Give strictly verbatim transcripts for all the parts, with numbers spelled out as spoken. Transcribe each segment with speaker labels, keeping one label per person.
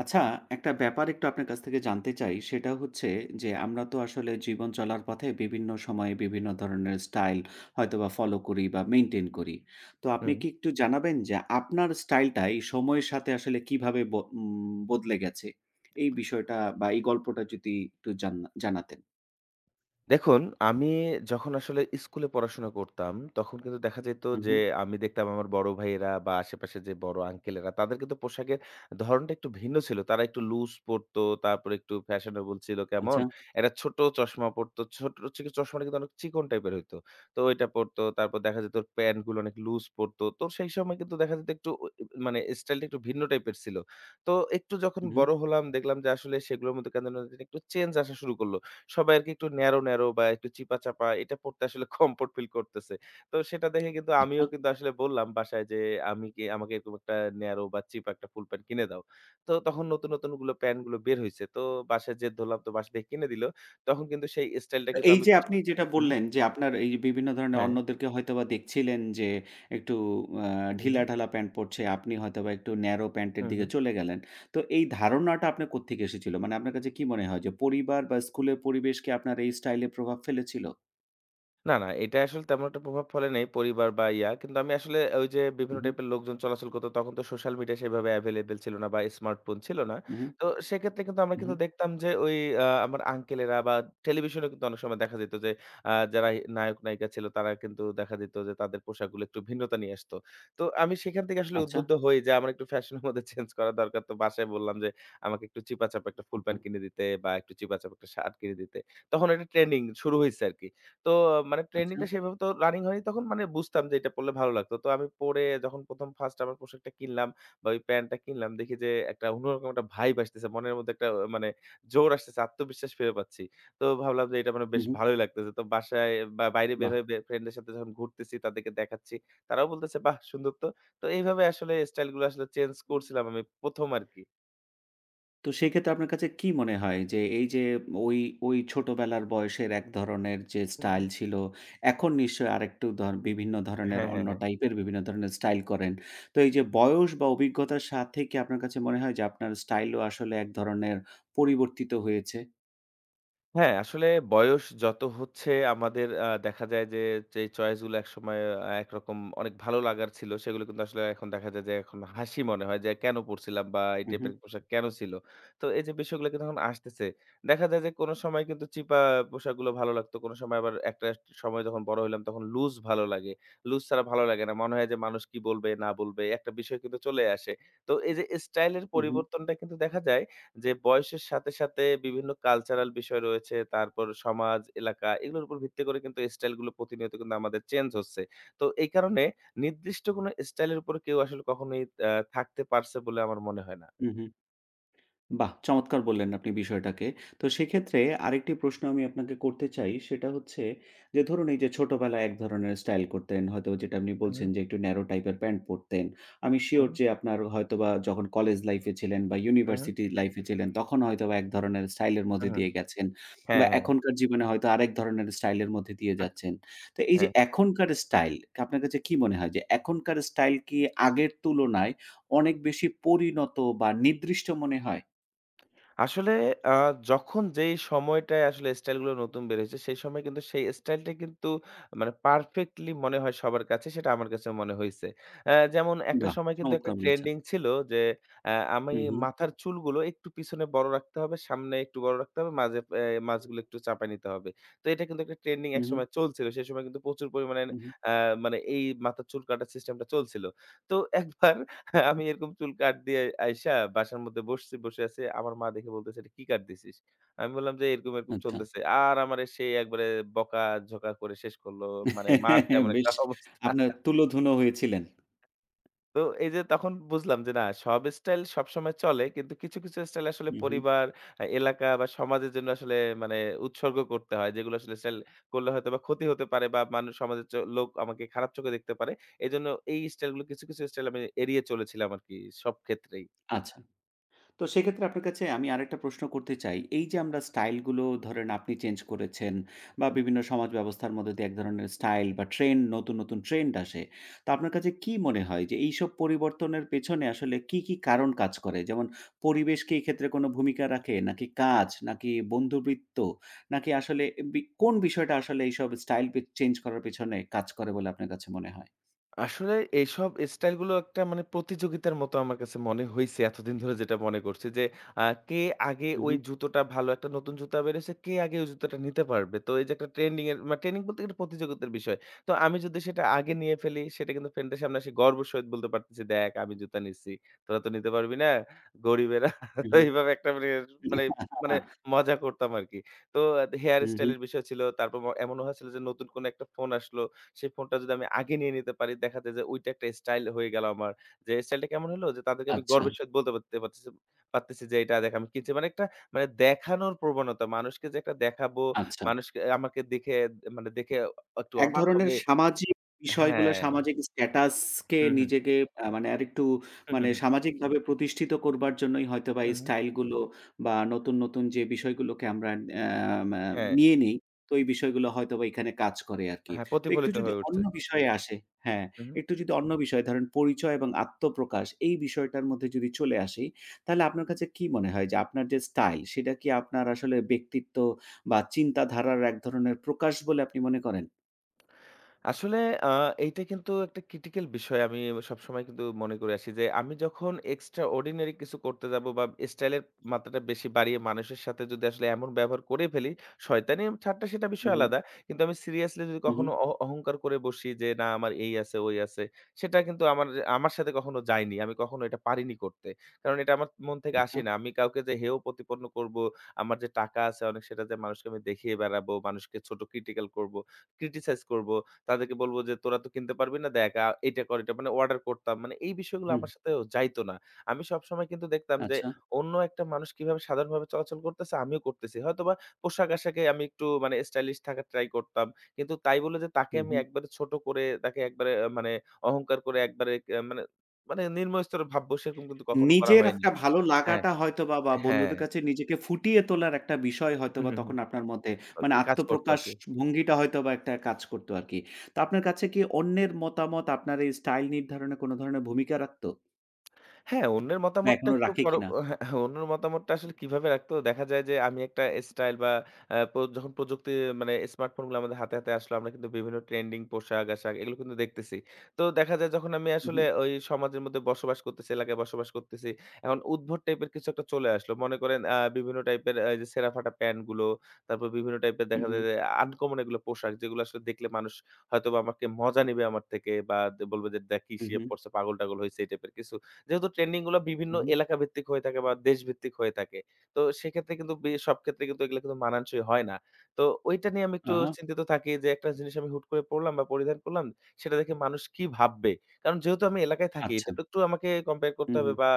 Speaker 1: আচ্ছা, একটা ব্যাপার একটু আপনার কাছ থেকে জানতে চাই। সেটা হচ্ছে যে, আমরা তো আসলে জীবন চলার পথে বিভিন্ন সময়ে বিভিন্ন ধরনের স্টাইল হয়তোবা ফলো করি বা মেইনটেইন করি। তো আপনি
Speaker 2: হুম।
Speaker 1: কি একটু জানাবেন যে, আপনার স্টাইলটা এই সময়ের সাথে আসলে কিভাবে ব উম বদলে গেছে? এই বিষয়টা বা এই গল্পটা যদি একটু জানা জানাতেন।
Speaker 2: দেখুন, আমি যখন আসলে স্কুলে পড়াশোনা করতাম, তখন কিন্তু দেখা যেত
Speaker 1: হু,
Speaker 2: যে
Speaker 1: হু।
Speaker 2: আমি দেখতাম আমার বড় ভাইয়েরা বা আশেপাশে যে বড় আঙ্কেলেরা তাদের কিন্তু পোশাকের ধরনটা একটু ভিন্ন ছিল। তারা একটু লুজ পড়তো, তারপরে একটু ফ্যাশনেবল ছিল কেমন?
Speaker 1: আচ্ছা।
Speaker 2: একটা ছোট চশমা পড়তো। ছোট চি চশমাটা কিন্তু অনেক চিকন টাইপের হইতো। তো এটা পড়তো। তারপর দেখা যেত ওর প্যান্টগুলো অনেক লুজ পড়তো। তো সেই সময় কিন্তু দেখা যেত একটু ও ই মানে স্টাইলটা একটু ভিন্ন টাইপের ছিল। তো একটু যখন
Speaker 1: হু, হু।
Speaker 2: বড় হলাম দেখলাম যে আসলে সেগুলোর মধ্যে কেন জানি একটু চেঞ্জ আসা শুরু করল। সবাই আরকি একটু ন্যারো, ন্যারো বা একটু চিপা-চাপা এটা পড়তে আসলে কমফোর্ট ফিল করতেছে। তো সেটা দেখে কিন্তু আমিও
Speaker 1: আচ্ছা।
Speaker 2: কিন্তু আসলে বললাম বাসায় যে, "আমি কি আমাকে এরকম একটা ন্যারো বা চিপা একটা ফুল প্যান্ট কিনে দাও।" তো তখন নতুন, নতুন ওগুলো প্যান্ট গুলো বের হইছে। তো বাসায় জেদ ধরলাম তো বাসা থেকে কিনে দিল। তখন কিন্তু সেই স্টাইলটা কিন্তু
Speaker 1: এই
Speaker 2: আমি
Speaker 1: যে আপনি যেটা
Speaker 2: হুম,
Speaker 1: বললেন যে আপনার এই যে বিভিন্ন ধরনের
Speaker 2: হ্যাঁ,
Speaker 1: অন্যদেরকে হয়তোবা দেখছিলেন যে একটু আ
Speaker 2: হুম,
Speaker 1: ঢিলাঢালা প্যান্ট পরছে, আপনি হয়তোবা একটু ন্যারো প্যান্টের
Speaker 2: হুম,
Speaker 1: দিকে
Speaker 2: হুম।
Speaker 1: চলে গেলেন। তো এই ধারণাটা আপনার কোত্থেকে এসেছিল? মানে আপনার কাছে কি মনে হয় যে পরিবার বা স্কুলের পরিবেশ কি আপনার এই স্টাইলে প্রভাব ফেলেছিল?
Speaker 2: না, না, এটা আসলে তেমন একটা প্রভাব ফেলে নাই পরিবার বা ইয়া। কিন্তু আমি আসলে ওই যে বিভিন্ন
Speaker 1: উহু,
Speaker 2: টাইপের লোকজন চলাচল করত তখন তো সোশ্যাল মিডিয়া সেভাবে এভেইলেবল ছিল না বা স্মার্টফোন ছিল না।
Speaker 1: উহু,
Speaker 2: তো সেক্ষেত্রে কিন্তু আমরা
Speaker 1: উহু।
Speaker 2: কিন্তু দেখতাম যে ওই আ আমার আঙ্কেলেরা বা টেলিভিশনেও কিন্তু অনেক সময় দেখা যেত যে আ যারা নায়ক-নায়িকা ছিল তারা কিন্তু দেখা যেত যে তাদের পোশাকগুলো একটু ভিন্নতা নিয়ে আসতো। তো আমি সেখান থেকে আসলে
Speaker 1: আচ্ছা,
Speaker 2: উদ্বুদ্ধ হই যে আমার একটু ফ্যাশনের মধ্যে চেঞ্জ করা দরকার। তো বাসায় বললাম যে আমাকে একটু চিপা চাপা একটা ফুল
Speaker 1: ওকে,
Speaker 2: প্যান্ট কিনে দিতে বা একটু চিপা চাপা একটা শার্ট কিনে দিতে। তখন একটা ট্রেন্ডিং শুরু হইছে আরকি। তো মানে
Speaker 1: আচ্ছা,
Speaker 2: ট্রেন্ডিংটা সেভাবে তো রানিং হয়নি তখন মানে বুঝতাম যে এটা পড়লে ভালো লাগতো। তো আমি পড়ে যখন প্রথম ফার্স্ট আমার পোশাকটা কিনলাম বা ওই প্যান্টটা কিনলাম দেখি যে একটা অন্যরকম একটা ভাইব আসতেছে। মনের মধ্যে একটা অ মানে জোর আসতেছে, আত্মবিশ্বাস ফিরে পাচ্ছি। তো ভাবলাম যে এটা মানে বেশ
Speaker 1: উহু,
Speaker 2: ভালোই লাগতেছে। তো বাসায় বা বাইরে বের
Speaker 1: বাহ!
Speaker 2: হয়ে বে ফ্রেন্ডদের সাথে যখন ঘুরতেছি তাদেরকে দেখাচ্ছি। তারাও বলতেছে, "বাহ! সুন্দর তো।" তো এইভাবে আসলে স্টাইলগুলো আসলে চেঞ্জ করছিলাম আমি প্রথম আরকি।
Speaker 1: তো সেক্ষেত্রে আপনার কাছে কি মনে হয় যে এই যে ওই, ওই ছোটবেলার বয়সের এক ধরনের যে
Speaker 2: হুম,
Speaker 1: স্টাইল
Speaker 2: হুম।
Speaker 1: ছিল, এখন নিশ্চয়ই আরেকটু ধর বিভিন্ন ধরনের
Speaker 2: হ্যাঁ, হ্যাঁ,
Speaker 1: অন্য
Speaker 2: হ্যাঁ।
Speaker 1: টাইপের বিভিন্ন ধরনের স্টাইল করেন। তো এই যে বয়স বা অভিজ্ঞতার সাথে কি আপনার কাছে মনে হয় যে আপনার স্টাইলও আসলে এক ধরনের পরিবর্তিত হয়েছে?
Speaker 2: হ্যাঁ, আসলে বয়স যত হচ্ছে আমাদের আ দেখা যায় যে, যেই চয়েস গুলো একসময় আ একরকম অনেক ভালো লাগার ছিল, সেগুলো কিন্তু আসলে এখন দেখা যায় যে, এখন হাসি মনে হয় যে, কেন পড়ছিলাম বা এই
Speaker 1: হু, হু,
Speaker 2: টাইপের পোশাক কেন ছিল? তো এই যে বিষয়গুলো কিন্তু এখন আসতেছে। দেখা যায় যে, কোন সময় কিন্তু চিপা পোশাকগুলো ভালো লাগতো। কোন সময় আবার একটা সময় যখন বড় হইলাম তখন লুজ ভালো লাগে। লুজ ছাড়া ভালো লাগে না। মনে হয় যে, মানুষ কি বলবে না বলবে একটা বিষয় কিন্তু চলে আসে। তো এই যে স্টাইল এর
Speaker 1: হু, হু,
Speaker 2: পরিবর্তনটা কিন্তু দেখা যায় যে বয়সের সাথে, সাথে বিভিন্ন কালচারাল বিষয় রয়েছে। তারপর সমাজ, এলাকা এগুলোর উপর ভিত্তি করে কিন্তু স্টাইল গুলো প্রতিনিয়ত কিন্তু আমাদের চেঞ্জ হচ্ছে। তো এই কারণে নির্দিষ্ট কোনো স্টাইলের উপর কেউ আসলে কখনোই আ থাকতে পারছে বলে আমার মনে হয় না।
Speaker 1: হু, হু। বাহ! চমৎকার বললেন আপনি বিষয়টাকে। তো সেক্ষেত্রে আরেকটি প্রশ্ন আমি আপনাকে করতে চাই। সেটা হচ্ছে যে ধরুন এই যে ছোটবেলায় এক ধরনের স্টাইল করতেন। হয়তো যেটা আপনি
Speaker 2: হুম,
Speaker 1: বলছেন যে একটু ন্যারো টাইপের প্যান্ট পরতেন। আমি সিউর
Speaker 2: হুম,
Speaker 1: যে আপনার হয়তোবা যখন কলেজ লাইফ এ ছিলেন বা
Speaker 2: হুম,
Speaker 1: ইউনিভার্সিটি লাইফ এ ছিলেন তখন হয়তোবা এক ধরনের স্টাইল এর মধ্যে
Speaker 2: হুম।
Speaker 1: দিয়ে গেছেন বা
Speaker 2: হ্যাঁ, হ্যাঁ।
Speaker 1: এখনকার জীবনে হয়তো আরেক ধরনের স্টাইল এর মধ্যে দিয়ে
Speaker 2: হুম,
Speaker 1: যাচ্ছেন। তো এই যে
Speaker 2: হ্যাঁ।
Speaker 1: এখনকার স্টাইল আপনার কাছে কি মনে হয় যে এখনকার স্টাইল কি আগের তুলনায় অনেক বেশি পরিণত বা নির্দিষ্ট মনে হয়?
Speaker 2: আসলে আ যখন যেই সময়টায় আসলে স্টাইল গুলো নতুন বের হয়েছে, সেই সময় কিন্তু সেই স্টাইলটা কিন্তু মানে পারফেক্টলি মনে হয় সবার কাছে, সেটা আমার কাছে মনে হইছে। অ্যা যেমন একটা
Speaker 1: বাহ!
Speaker 2: সময় কিন্তু একটা
Speaker 1: চমৎকার বলেছেন।
Speaker 2: ট্রেন্ডিং ছিল যে অ্যা আমি
Speaker 1: হু, হু,
Speaker 2: মাথার চুলগুলো একটু পিছনে বড় রাখতে হবে, সামনে একটু বড় রাখতে হবে, মাঝে অ্যা মাঝগুলো একটু চাপায় নিতে হবে। তো এটা কিন্তু একটা ট্রেন্ডিং
Speaker 1: হু, হু,
Speaker 2: একসময় চলছিল। সেই সময় কিন্তু প্রচুর পরিমাণে
Speaker 1: হু, হু।
Speaker 2: অ্যা মানে এই মাথার চুল কাটার সিস্টেমটা চলছিল। তো একবার হ্যাঁ, আমি এরকম চুল কাট দিয়ে আইসা বাসার মধ্যে বসছি, বসে আছি। আমার মা দেখে বলতেছে, "এটা কি কাট দিছিস?" আমি বললাম যে, "এরকম, এরকম
Speaker 1: আচ্ছা।
Speaker 2: চলতেছে।" আর আমারে সে একবারে বকাঝকা করে শেষ করলো। মানে মার এমন একটা
Speaker 1: বেশ
Speaker 2: অবস্থা।
Speaker 1: আপনার তুলোধুনো হয়েছিলেন।
Speaker 2: তো এই যে তখন বুঝলাম যে না সব স্টাইল সবসময় চলে। কিন্তু কিছু, কিছু স্টাইল আসলে
Speaker 1: হু, হু।
Speaker 2: পরিবার, আ এলাকা বা সমাজের জন্য আসলে মানে উৎসর্গ করতে হয়। যেগুলো আসলে স্টাইল করলে হয়তোবা ক্ষতি হতে পারে বা মানুষ সমাজের চ লোক আমাকে খারাপ চোখে দেখতে পারে। এজন্য এই স্টাইলগুলো কিছু, কিছু স্টাইল আমি এড়িয়ে চলেছিলাম আরকি সব ক্ষেত্রেই।
Speaker 1: আচ্ছা। তো সেক্ষেত্রে আপনার কাছে আমি আরেকটা প্রশ্ন করতে চাই। এই যে আমরা স্টাইলগুলো ধরেন আপনি চেঞ্জ করেছেন বা
Speaker 2: হুম।
Speaker 1: বিভিন্ন সমাজ ব্যবস্থার মধ্যে দিয়ে এক ধরনের স্টাইল বা ট্রেন্ড নতুন, নতুন ট্রেন্ড আসে। তো আপনার কাছে কি মনে হয় যে এইসব পরিবর্তনের পেছনে আসলে কি, কি কারণ কাজ করে? যেমন পরিবেশ কি এক্ষেত্রে কোনো ভূমিকা রাখে? নাকি কাজ? নাকি বন্ধুবৃত্ত? নাকি আসলে বি কোন বিষয়টা আসলে এইসব স্টাইল পে চেঞ্জ করার পেছনে কাজ করে বলে আপনার কাছে মনে হয়?
Speaker 2: আসলে এইসব স্টাইল গুলো একটা মানে প্রতিযোগিতার মতো আমার কাছে মনে হইছে এতদিন ধরে যেটা মনে করছি যে আহ, কে আগে
Speaker 1: হু,
Speaker 2: ওই
Speaker 1: হু,
Speaker 2: জুতোটা ভালো একটা নতুন জুতা বেরোছে কে আগে ওই জুতোটা নিতে পারবে তো এই যে একটা ট্রেন্ডিং এর মানে ট্রেন্ডিং বলতে একটা প্রতিযোগিতার বিষয় তো আমি যদি সেটা আগে নিয়ে ফেলি সেটা কিন্তু ফ্রেন্ডের সামনে এসে গর্ব সহিত বলতে পারতেছি দেখ আমি জুতা নিছি তোরা তো নিতে পারবি না গরিবেরা
Speaker 1: হু,
Speaker 2: তো
Speaker 1: হু।
Speaker 2: এইভাবে একটা মানে
Speaker 1: হু, হু,
Speaker 2: মানে মানে মজা করতাম আর কি তো হেয়ার স্টাইলের বিষয় ছিল তারপর ম- এমন হয়েছিল যে নতুন কোন একটা ফোন আসলো সেই ফোনটা যদি আমি আগে নিয়ে নিতে পারি, দেখা যায় যে ওইটা একটা স্টাইল হয়ে গেল আমার। যে স্টাইলটা কেমন হলো? যে তাদেরকে আমি
Speaker 1: আচ্ছা,
Speaker 2: গর্বের সহিত বলতে পারতে পারতেছি পারতেছি যে এটা দেখ আমি কিনছি। মানে একটা মানে দেখানোর প্রবণতা। মানুষকে যে একটা দেখাবো,
Speaker 1: আচ্ছা।
Speaker 2: মানুষকে আমাকে দেখে মানে দেখে একটু
Speaker 1: এক
Speaker 2: অবাক
Speaker 1: ধরনের
Speaker 2: হবে
Speaker 1: সামাজিক বিষয়গুলো,
Speaker 2: হ্যাঁ।
Speaker 1: সামাজিক স্ট্যাটাস কে
Speaker 2: হুম, হুম।
Speaker 1: নিজেকে আ মানে আরেকটু
Speaker 2: হুম, হুম,
Speaker 1: মানে
Speaker 2: হুম।
Speaker 1: সামাজিকভাবে প্রতিষ্ঠিত করবার জন্যই হয়তোবা
Speaker 2: হুম,
Speaker 1: এই
Speaker 2: হুম।
Speaker 1: স্টাইল গুলো বা নতুন, নতুন যে বিষয়গুলোকে আমরা অ্যা মা
Speaker 2: হ্যাঁ,
Speaker 1: নিয়ে নেই, তো এই বিষয়গুলো হয়তোবা এখানে কাজ করে আরকি।
Speaker 2: হ্যাঁ
Speaker 1: তো একটু
Speaker 2: প্রতিফলিত
Speaker 1: যদি
Speaker 2: হয়ে উঠছে।
Speaker 1: অন্য বিষয়ে আসে হ্যাঁ,
Speaker 2: হুম, হুম।
Speaker 1: একটু যদি অন্য বিষয় ধরেন পরিচয় এবং আত্মপ্রকাশ এই বিষয়টার মধ্যে যদি চলে আসি, তাহলে আপনার কাছে কি মনে হয় যে আপনার যে স্টাইল সেটা কি আপনার আসলে ব্যক্তিত্ব বা চিন্তাধারার এক ধরনের প্রকাশ বলে আপনি মনে করেন?
Speaker 2: আসলে আ এইটা কিন্তু একটা ক্রিটিক্যাল বিষয়। আমি সবসময় কিন্তু মনে করে আসি যে, আমি যখন এক্সট্রা অর্ডিনারি কিছু করতে যাব বা স্টাইলের মাত্রাটা বেশি বাড়িয়ে মানুষের সাথে যদি আসলে এমন ব্যবহার করে ফেলি, শয়তানি ঠাট্টা সেটা
Speaker 1: হু,
Speaker 2: বিষয়
Speaker 1: হু,
Speaker 2: আলাদা। কিন্তু আমি সিরিয়াসলি যদি
Speaker 1: হু, হু।
Speaker 2: কখনো অহ অহংকার করে বসি যে, না আমার এই আছে, ওই আছে, সেটা কিন্তু আমার আমার সাথে কখনো যায়নি। আমি কখনো এটা পারিনি করতে। কারণ এটা আমার মন থেকে আসে
Speaker 1: আচ্ছা।
Speaker 2: না। আমি কাউকে যে হেয় প্রতিপন্ন করব, আমার যে টাকা আছে অনেক সেটা যে মানুষকে আমি দেখিয়ে বেড়াবো, মানুষকে ছোট ক্রিটিক্যাল করব, ক্রিটিসাইজ করব। তাদেরকে বলব যে, "তোরা তো কিনতে পারবি না। দেখ আ এইটা কর, এটা" মানে অর্ডার করতাম। মানে এই বিষয়গুলো
Speaker 1: হুম,
Speaker 2: আমার সাথেও যাইত না। আমি সবসময় কিন্তু দেখতাম যে,
Speaker 1: আচ্ছা।
Speaker 2: অন্য একটা মানুষ কিভাবে সাধারণভাবে চলাচল করতেছে, আমিও করতেছি। হয়তোবা পোশাক-আশাকে আমি একটু মানে স্টাইলিশ থাকার ট্রাই করতাম। কিন্তু তাই বলে যে তাকে
Speaker 1: হু,
Speaker 2: আমি
Speaker 1: হু।
Speaker 2: একবারে ছোট করে, তাকে একবারে আ মানে অহংকার করে একবারে আ মানে মানে নিম্ন স্তরে ভাববো সেরকম কিন্তু কখনো করা
Speaker 1: নিজের
Speaker 2: হয়নি।
Speaker 1: একটা ভালো
Speaker 2: হ্যাঁ,
Speaker 1: লাগাটা হয়তোবা বা বা
Speaker 2: হ্যাঁ।
Speaker 1: বন্ধুদের কাছে নিজেকে ফুটিয়ে তোলার একটা বিষয়
Speaker 2: হুম,
Speaker 1: হয়তোবা
Speaker 2: হুম, হুম।
Speaker 1: তখন আপনার মধ্যে মানে
Speaker 2: ওকে কাজ করতো
Speaker 1: আত্মপ্রকাশ
Speaker 2: আরকি।
Speaker 1: ভঙ্গিটা হয়তোবা একটা কাজ করত আরকি। তো আপনার কাছে কি অন্যের মতামত আপনার এই স্টাইল নির্ধারণে কোনো ধরনের ভূমিকা রাখত?
Speaker 2: হ্যাঁ, অন্যের
Speaker 1: বা
Speaker 2: মতামতটা
Speaker 1: এখনো
Speaker 2: একটু
Speaker 1: রাখে
Speaker 2: পর
Speaker 1: কিনা?
Speaker 2: হ্যাঁ, হ্যাঁ, অন্যের মতামতটা আসলে কিভাবে রাখতো দেখা যায় যে আমি একটা স্টাইল বা আ প্র যখন প্রযুক্তি মানে স্মার্টফোনগুলো আমাদের হাতে, হাতে আসলো আমরা কিন্তু বিভিন্ন ট্রেন্ডিং পোশাক-আশাক এগুলো কিন্তু দেখতেছি। তো দেখা যায় যখন আমি
Speaker 1: হু, হু,
Speaker 2: আসলে ওই সমাজের মধ্যে বসবাস করতেছি, এলাকায় বসবাস করতেছি। এখন উদ্ভট টাইপের কিছু একটা চলে আসলো। মনে করেন আ বিভিন্ন টাইপের এই যে ছেঁড়া-ফাটা প্যান্টগুলো, তারপর বিভিন্ন টাইপের
Speaker 1: হু,
Speaker 2: দেখা
Speaker 1: হু,
Speaker 2: যায় যে আনকমন এগুলো পোশাক যেগুলো আসলে দেখলে মানুষ হয়তোবা আমাকে মজা নিবে আমার থেকে বা দে বলবে যে, "দেখ কি
Speaker 1: হু,
Speaker 2: ইয়ে
Speaker 1: হু,
Speaker 2: পড়ছে পাগল-টাগল হইছে" এই টাইপের কিছু। যেহেতু ট্রেন্ডিং গুলো বিভিন্ন
Speaker 1: হু, হু।
Speaker 2: এলাকা ভিত্তিক হয়ে থাকে বা দেশভিত্তিক হয়ে থাকে। তো সেক্ষেত্রে কিন্তু বে সব ক্ষেত্রে কিন্তু এগুলো কিন্তু মানানসই হয় না। তো ওইটা নিয়ে আমি একটু
Speaker 1: আহা!
Speaker 2: চিন্তিত থাকি যে একটা জিনিস আমি হুট করে পড়লাম বা পরিধান করলাম, সেটা দেখে মানুষ কি ভাববে? কারণ যেহেতু আমি এলাকায় থাকি, এটা
Speaker 1: আচ্ছা।
Speaker 2: তো একটু আমাকে কম্পেয়ার
Speaker 1: হু,
Speaker 2: করতে
Speaker 1: হু।
Speaker 2: হবে বা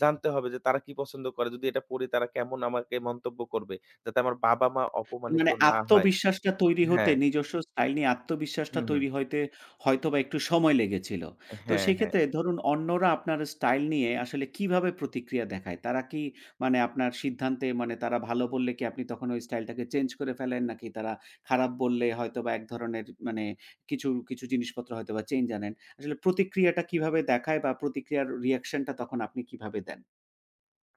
Speaker 2: জানতে হবে যে তারা কি পছন্দ করে? যদি এটা পড়ি তারা কেমন আমাকে মন্তব্য করবে? যাতে আমার বাবা-মা অপমানিত
Speaker 1: মানে
Speaker 2: না হয়।
Speaker 1: আত্মবিশ্বাসটা তৈরি হতে
Speaker 2: হ্যাঁ,
Speaker 1: নিজস্ব স্টাইল নিয়ে আত্মবিশ্বাসটা
Speaker 2: হুম, হুম।
Speaker 1: তৈরি হইতে হয়তোবা একটু সময় লেগেছিল। তো
Speaker 2: হ্যাঁ, হ্যাঁ।
Speaker 1: সেক্ষেত্রে ধরুন অন্যরা আপনার স্টাইল নিয়ে আসলে কিভাবে প্রতিক্রিয়া দেখায়? তারা কি মানে আপনার সিদ্ধান্তে মানে তারা ভালো বললে কি আপনি তখন ওই স্টাইলটাকে চেঞ্জ করে ফেলেন? নাকি তারা খারাপ বললে হয়তোবা এক ধরনের মানে কিছু, কিছু জিনিসপত্র হয়তোবা চেঞ্জ আনেন? আসলে প্রতিক্রিয়াটা কিভাবে দেখায় বা প্রতিক্রিয়ার রিঅ্যাকশনটা তখন আপনি কিভাবে দেন?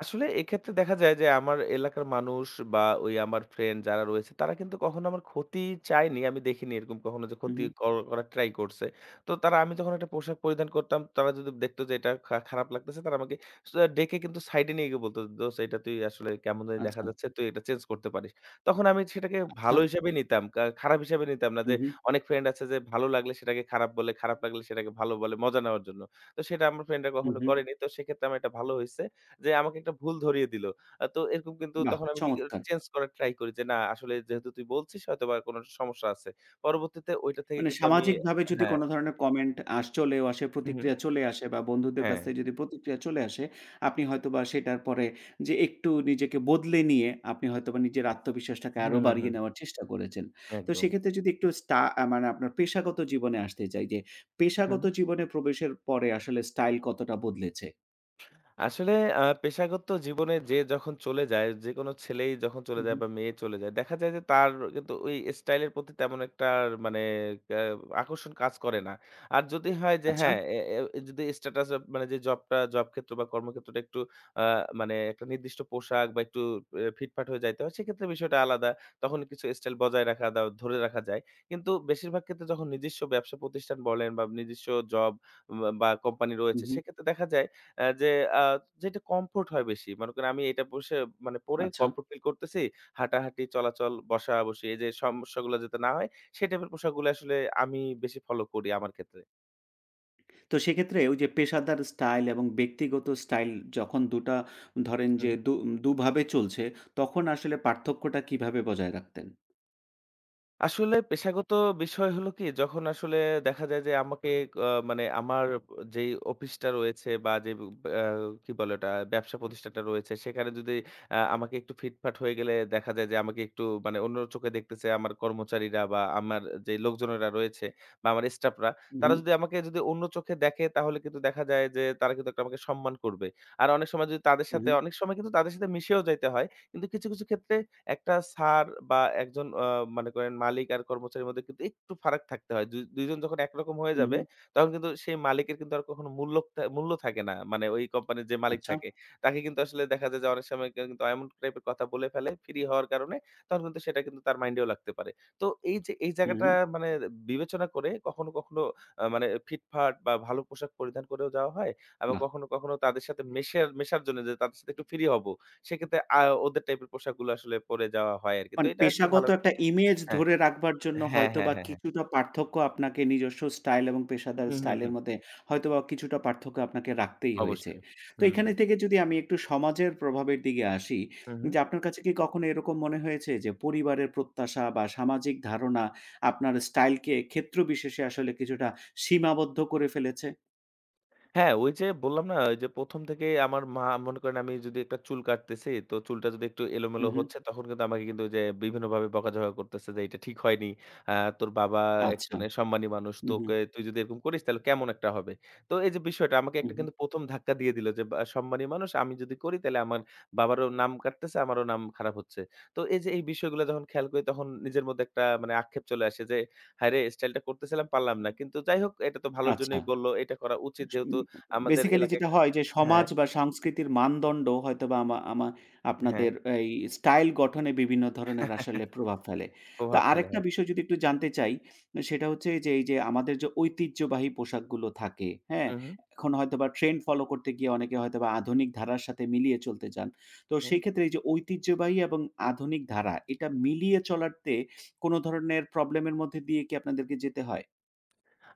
Speaker 2: আসলে এক্ষেত্রে দেখা যায় যে আমার এলাকার মানুষ বা ওই আমার ফ্রেন্ড যারা রয়েছে তারা কিন্তু কখনো আমার ক্ষতি চায়নি। আমি দেখিনি এরকম কখনো যে ক্ষতি
Speaker 1: উহু,
Speaker 2: কর করার ট্রাই করছে। তো তারা আমি যখন একটা পোশাক পরিধান করতাম তারা যদি দেখতো যে এটা খা খারাপ লাগতেছে তারা আমাকে স ডেকে কিন্তু সাইডে নিয়ে গিয়ে বলতো, "দোস্ত এটা তুই আসলে কেমন জানি দেখা
Speaker 1: আচ্ছা,
Speaker 2: যাচ্ছে তুই এটা চেঞ্জ করতে পারিস।" তখন আমি সেটাকে
Speaker 1: আচ্ছা।
Speaker 2: ভালো হিসাবেই নিতাম। কা খারাপ হিসাবে নিতাম না যে
Speaker 1: উহু,
Speaker 2: অনেক ফ্রেন্ড আছে যে ভালো লাগলে সেটাকে খারাপ বলে, খারাপ লাগলে সেটাকে ভালো বলে মজা নেওয়ার জন্য। তো সেটা আমার ফ্রেন্ডরা কখনো
Speaker 1: উহু।
Speaker 2: করেনি। তো সেক্ষেত্রে আমার এটা ভালো হইছে। যে আমাকে একটা ভুল ধরিয়ে দিল। আ তো এরকম কিন্তু
Speaker 1: বাহ!
Speaker 2: তখন আমি কি
Speaker 1: চমৎকার।
Speaker 2: চেঞ্জ করার ট্রাই করি যে, না আসলে যেহেতু তুই বলছিস হয়তোবা কোন একটা সমস্যা আছে। পরবর্তীতে ওইটা থেকে
Speaker 1: মানে
Speaker 2: কিন্তু আমি
Speaker 1: সামাজিকভাবে যদি
Speaker 2: হ্যাঁ,
Speaker 1: কোনো ধরনের কমেন্ট আস চলেও আসে,
Speaker 2: হু, হু।
Speaker 1: প্রতিক্রিয়া চলে আসে বা বন্ধুদের কাছ
Speaker 2: হ্যাঁ।
Speaker 1: থেকে যদি প্রতিক্রিয়া চলে আসে, আপনি হয়তোবা সেটার পরে যে একটু নিজেকে বদলে নিয়ে আপনি হয়তোবা নিজের আত্মবিশ্বাসটাকে
Speaker 2: হুম,
Speaker 1: আরো
Speaker 2: হুম,
Speaker 1: বাড়িয়ে
Speaker 2: হুম।
Speaker 1: নেওয়ার চেষ্টা করেছেন। তো
Speaker 2: একদম।
Speaker 1: সেক্ষেত্রে যদি একটু স্টা আ মানে আপনার পেশাগত জীবনে আসতে চাই যে,
Speaker 2: হু,
Speaker 1: পেশাগত
Speaker 2: হু।
Speaker 1: জীবনে প্রবেশের পরে আসলে স্টাইল কতটা বদলেছে?
Speaker 2: আসলে আ পেশাগত জীবনে যে যখন চলে যায়, যেকোনো ছেলেই যখন চলে
Speaker 1: হু,
Speaker 2: যায়
Speaker 1: হু।
Speaker 2: বা মেয়ে চলে যায়, দেখা যায় যে তার কিন্তু ওই স্টাইলের প্রতি তেমন একটা মানে আ আকর্ষণ কাজ করে না। আর যদি হয় যে
Speaker 1: আচ্ছা।
Speaker 2: হ্যাঁ, এ এ যদি স্ট্যাটাস মানে যে জবটা জব ক্ষেত্র বা কর্মক্ষেত্রটা একটু আ মানে একটা নির্দিষ্ট পোশাক বা একটু এ ফিটফাট হয়ে যাইতে হয়, সেক্ষেত্রে বিষয়টা আলাদা। তখন কিছু স্টাইল বজায় রাখা দা ধরে রাখা যায়। কিন্তু বেশিরভাগ ক্ষেত্রে যখন নিজস্ব ব্যবসা প্রতিষ্ঠান বলেন বা নিজস্ব জব বা, বা কোম্পানি
Speaker 1: হু,
Speaker 2: রয়েছে,
Speaker 1: হু।
Speaker 2: সেক্ষেত্রে দেখা যায় অ্যা যে আ যেটা কমফোর্ট হয় বেশি। মনে করেন আমি এটা বসে মানে পড়ে
Speaker 1: আচ্ছা।
Speaker 2: কমফোর্ট ফিল করতেছি। হাঁটাহাঁটি, চলাচল, বসা-বসি এই যে সমস্যাগুলো যাতে না হয়, সেই টাইপের পোশাকগুলো আসলে আমি বেশি ফলো করি আমার ক্ষেত্রে।
Speaker 1: তো সেক্ষেত্রে ওই যে পেশাদার স্টাইল এবং ব্যক্তিগত স্টাইল যখন দুটা ধরেন যে দু দুভাবে চলছে, তখন আসলে পার্থক্যটা কিভাবে বজায় রাখতেন?
Speaker 2: আসলে পেশাগত বিষয় হলো কি, যখন আসলে দেখা যায় যে আমাকে আ মানে আমার যেই অফিসটা রয়েছে বা যে আ কি বলে ওটা? ব্যবসা প্রতিষ্ঠানটা রয়েছে, সেখানে যদি আ আমাকে একটু ফিটফাট হয়ে গেলে দেখা যায় যে আমাকে একটু মানে অন্য চোখে দেখতেছে আমার কর্মচারীরা বা আমার যে লোকজনেরা রয়েছে বা আমার স্টাফরা, তারা
Speaker 1: উহু,
Speaker 2: যদি আমাকে যদি অন্য চোখে দেখে তাহলে কিন্তু দেখা যায় যে তারা কিন্তু একটা আমাকে সম্মান করবে। আর অনেক সময় যদি তাদের সাথে
Speaker 1: উহু,
Speaker 2: অনেক সময় কিন্তু তাদের সাথে মিশেও যাইতে হয়। কিন্তু কিছু, কিছু ক্ষেত্রে একটা স্যার বা একজন আ মনে করেন মালিক আর কর্মচারীর মধ্যে কিন্তু একটু ফারাক থাকতে হয়। দু দুই জন যখন একরকম হয়ে যাবে,
Speaker 1: উহু।
Speaker 2: তখন কিন্তু সেই মালিকের কিন্তু আর কখনো মূল্য থা মূল্য থাকে না। মানে ওই কোম্পানির যে মালিক
Speaker 1: আচ্ছা।
Speaker 2: থাকে, তাকে কিন্তু আসলে দেখা যায় যে অনেক সময় কেউ কিন্তু এমন টাইপের কথা বলে ফেলে ফ্রি হওয়ার কারণে, তখন কিন্তু সেটা কিন্তু তার মাইন্ডেও লাগতে পারে। তো এই যে এই জায়গাটা
Speaker 1: উহু,
Speaker 2: মানে বিবেচনা করে কখনো, কখনো আ মানে ফিটফাট বা ভালো পোশাক পরিধান করেও যাওয়া হয়। আবার
Speaker 1: বাহ!
Speaker 2: কখনো, কখনো তাদের সাথে মেশার মেশার জন্য যে তাদের সাথে একটু ফ্রি হব। সেক্ষেত্রে আ ওদের টাইপের পোশাকগুলো আসলে পরে যাওয়া হয় আরকি। তো
Speaker 1: মানে
Speaker 2: এটা আসলে ভালো।
Speaker 1: পেশাগত একটা ইমেজ
Speaker 2: হ্যাঁ।
Speaker 1: ধরে রাখবার জন্য
Speaker 2: হ্যাঁ, হ্যাঁ,
Speaker 1: হয়তোবা
Speaker 2: হ্যাঁ, হ্যাঁ।
Speaker 1: কিছুটা পার্থক্য আপনাকে নিজস্ব স্টাইল এবং পেশাদার
Speaker 2: হুম, হুম,
Speaker 1: স্টাইলের
Speaker 2: হুম।
Speaker 1: মধ্যে হয়তোবা কিছুটা পার্থক্য আপনাকে রাখতেই হয়েছে।
Speaker 2: অবশ্যই।
Speaker 1: তো
Speaker 2: হুম।
Speaker 1: এখানে থেকে যদি আমি একটু সমাজের প্রভাবের দিকে আসি,
Speaker 2: হুম, হুম।
Speaker 1: যে আপনার কাছে কি কখনো এরকম মনে হয়েছে যে পরিবারের প্রত্যাশা বা সামাজিক ধারণা আপনার স্টাইলকে ক্ষেত্র বিশেষে আসলে কিছুটা সীমাবদ্ধ করে ফেলেছে?
Speaker 2: হ্যাঁ, ওই যে বললাম না? ওই যে প্রথম থেকেই আমার মা মনে করেন আমি যদি একটা চুল কাটতেছি, তো চুলটা যদি একটু এলোমেলো
Speaker 1: উহু,
Speaker 2: হচ্ছে তখন কিন্তু আমাকে কিন্তু ওই যে বিভিন্নভাবে বকাঝকা করতেছে যে, "এটা ঠিক হয়নি। আ তোর বাবা
Speaker 1: আচ্ছা।
Speaker 2: একজন এ সম্মানী মানুষ।
Speaker 1: উহু,
Speaker 2: তোকে তুই যদি এরকম করিস তাহলে কেমন একটা হবে?" তো এই যে বিষয়টা আমাকে একটা
Speaker 1: উহু,
Speaker 2: কিন্তু প্রথম ধাক্কা দিয়ে দিল যে, বা সম্মানী মানুষ আমি যদি করি তাহলে আমার বাবারও নাম কাটতেছে, আমারও নাম খারাপ হচ্ছে। তো এই যে এই বিষয়গুলো যখন খেয়াল করি তখন নিজের মধ্যে একটা মানে আক্ষেপ চলে আসে যে, "হায়রে! স্টাইলটা করতেছিলাম পারলাম না।" কিন্তু যাই হোক এটা তো ভালোর
Speaker 1: আচ্ছা।
Speaker 2: জন্যই বলল। এটা করা উচিত, যেহেতু আমাদের
Speaker 1: বেসিক্যালি
Speaker 2: এলাকায়
Speaker 1: যেটা
Speaker 2: একটা।
Speaker 1: হয় যে সমাজ
Speaker 2: হ্যাঁ,
Speaker 1: বা সংস্কৃতির মানদণ্ড হয়তোবা আমা আমা
Speaker 2: হ্যাঁ।
Speaker 1: আপনাদের এই স্টাইল গঠনে বিভিন্ন ধরনের আসলে প্রভাব ফেলে। তো
Speaker 2: প্রভাব ফেলে,
Speaker 1: আরেকটা
Speaker 2: হ্যাঁ।
Speaker 1: বিষয় যদি একটু জানতে চাই, সেটা হচ্ছে যে এই যে আমাদের যে ঐতিহ্যবাহী পোশাকগুলো থাকে, হ্যাঁ?
Speaker 2: হু, হু,
Speaker 1: এখন হয়তোবা ট্রেন্ড ফলো করতে গিয়ে অনেকে হয়তোবা আধুনিক ধারার সাথে মিলিয়ে চলতে চান। তো
Speaker 2: হু।
Speaker 1: সেই ক্ষেত্রে এই যে ঐতিহ্যবাহী এবং আধুনিক ধারা, এটা মিলিয়ে চলাতে কোনো ধরনের প্রবলেম এর মধ্যে দিয়ে কি আপনাদেরকে যেতে হয়?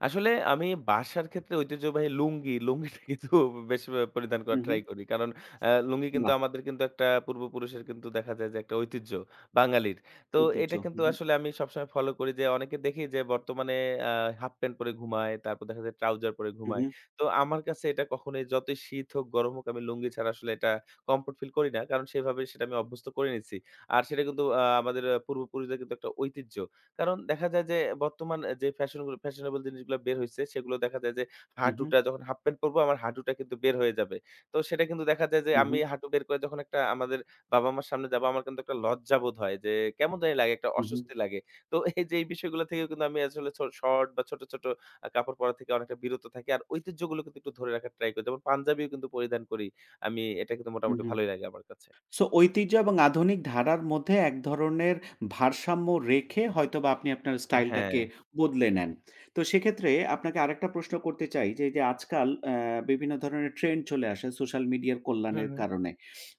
Speaker 2: আসলে আমি বাসার ক্ষেত্রে ঐতিহ্যবাহী লুঙ্গি, লুঙ্গিটা কিন্তু বেশ আ পরিধান
Speaker 1: হু,
Speaker 2: করার
Speaker 1: হু।
Speaker 2: ট্রাই করি। কারণ আ লুঙ্গি কিন্তু
Speaker 1: বাহ!
Speaker 2: আমাদের কিন্তু একটা পূর্বপুরুষের কিন্তু দেখা যায় যে একটা ঐতিহ্য বাঙালির। তো
Speaker 1: ঐতিহ্য।
Speaker 2: এটা
Speaker 1: হু,
Speaker 2: কিন্তু
Speaker 1: হু।
Speaker 2: আসলে আমি সবসময় ফলো করি যে অনেকে দেখি যে বর্তমানে আ হাফ প্যান্ট পরে ঘুমায়, তারপর দেখা যায় ট্রাউজার পরে
Speaker 1: হু,
Speaker 2: ঘুমায়।
Speaker 1: হু।
Speaker 2: তো আমার কাছে এটা কখনোই যতই শীত হোক, গরম হোক আমি লুঙ্গি ছাড়া আসলে এটা কমফোর্ট ফিল করি না। কারণ সেভাবে সেটা আমি অভ্যস্ত করে নিচ্ছি। আর সেটা কিন্তু আ আমাদের আ পূর্বপুরুষদের কিন্তু একটা ঐতিহ্য। কারণ দেখা যায় যে বর্তমান এ যে ফ্যাশন গুলো ফ্যাশনেবল জিনিসগুলো বের হইছে সেগুলো দেখা যায় যে
Speaker 1: হু, হু,
Speaker 2: হাঁটুটা যখন হাফ প্যান্ট পরবো আমার হাঁটুটা কিন্তু বের হয়ে যাবে। তো সেটা কিন্তু দেখা যায় যে
Speaker 1: হু, হু,
Speaker 2: আমি হাঁটু বের করে যখন একটা আমাদের বাবা-মার সামনে যাবো আমার কিন্তু একটা লজ্জাবোধ হয় যে কেমন জানি লাগে, একটা
Speaker 1: হু, হু,
Speaker 2: অস্বস্তি লাগে। তো এই যে এই বিষয়গুলো থেকেও কিন্তু আমি আসলে ছ শর্ট বা ছোট, ছোট আ কাপড় পরা থেকে অনেকটা বিরত থাকি। আর ঐতিহ্যগুলো কিন্তু একটু ধরে রাখার ট্রাই করি। যেমন পাঞ্জাবিও কিন্তু পরিধান করি। আমি এটা কিন্তু
Speaker 1: হু,
Speaker 2: মোটামুটি
Speaker 1: হু।
Speaker 2: ভালোই লাগে আমার কাছে।
Speaker 1: সো ঐতিহ্য এবং আধুনিক ধারার মধ্যে এক ধরনের ভারসাম্য রেখে হয়তোবা আপনি আপনার
Speaker 2: হ্যাঁ।
Speaker 1: স্টাইলটাকে বদলে নেন। তো সেক্ষেত্রে আপনাকে আরেকটা প্রশ্ন করতে চাই যে, এই যে আজকাল আ বিভিন্ন ধরনের ট্রেন্ড চলে আসে সোশ্যাল মিডিয়ার
Speaker 2: হুম,
Speaker 1: কল্যাণের
Speaker 2: হুম।
Speaker 1: কারণে।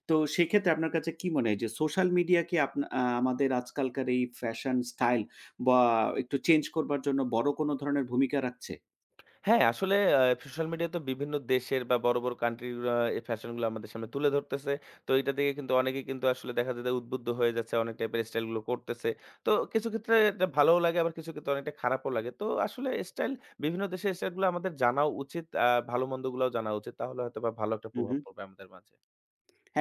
Speaker 1: তো সেক্ষেত্রে আপনার কাছে কি মনে হয় যে সোশ্যাল মিডিয়া কি আপনা আ আমাদের আজকালকার এই ফ্যাশন স্টাইল বা একটু চেঞ্জ করবার জন্য বড় কোনো ধরনের ভূমিকা রাখছে?
Speaker 2: হ্যাঁ, আসলে আ সোশ্যাল মিডিয়া তো বিভিন্ন দেশের বা বড়, বড় কান্ট্রির আ এই ফ্যাশন গুলো আমাদের সামনে তুলে ধরতেছে। তো এইটা থেকে কিন্তু অনেকেই কিন্তু আসলে দেখা যায় যে উদ্বুদ্ধ হয়ে যাচ্ছে। অনেক টাইপের স্টাইল গুলো করতেছে। তো কিছু ক্ষেত্রে এটা ভালোও লাগে আবার কিছু ক্ষেত্রে অনেকটা খারাপও লাগে। তো আসলে স্টাইল বিভিন্ন দেশের স্টাইল গুলো আমাদের জানাও উচিত। আ ভালো মন্দ গুলাও জানা উচিত। তাহলে হয়তোবা ভালো একটা
Speaker 1: হু,
Speaker 2: প্রভাব
Speaker 1: হু।
Speaker 2: পড়বে আমাদের মাঝে।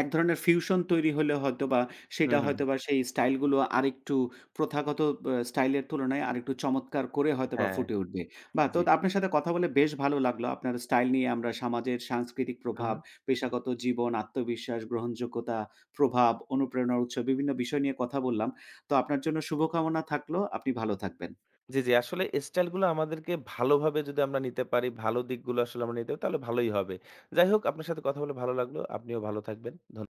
Speaker 1: এক ধরনের ফিউশন তৈরি হলে হয়তোবা
Speaker 2: হুম,
Speaker 1: সেটা
Speaker 2: হুম, হুম।
Speaker 1: হয়তোবা সেই স্টাইল গুলো আরেকটু প্রথাগত ব স্টাইলের তুলনায় আরেকটু চমৎকার করে হয়তোবা
Speaker 2: হ্যাঁ,
Speaker 1: ফুটে উঠবে। বাহ! তো
Speaker 2: জি।
Speaker 1: আপনার সাথে কথা বলে বেশ ভালো লাগলো। আপনার স্টাইল নিয়ে আমরা সমাজের সাংস্কৃতিক
Speaker 2: হু, হু।
Speaker 1: প্রভাব, পেশাগত জীবন, আত্মবিশ্বাস, গ্রহণযোগ্যতা, প্রভাব, অনুপ্রেরণার উৎস বিভিন্ন বিষয় নিয়ে কথা বললাম। তো আপনার জন্য শুভকামনা থাকলো। আপনি ভালো থাকবেন।
Speaker 2: জি, জি। আসলে স্টাইলগুলো আমাদেরকে ভালোভাবে যদি আমরা নিতে পারি, ভালো দিকগুলো আসলে আমরা নিতে পারি, তাহলে ভালোই হবে। যাই হোক, আপনার সাথে কথা বলে ভালো লাগলো। আপনিও ভালো থাকবেন। ধন্য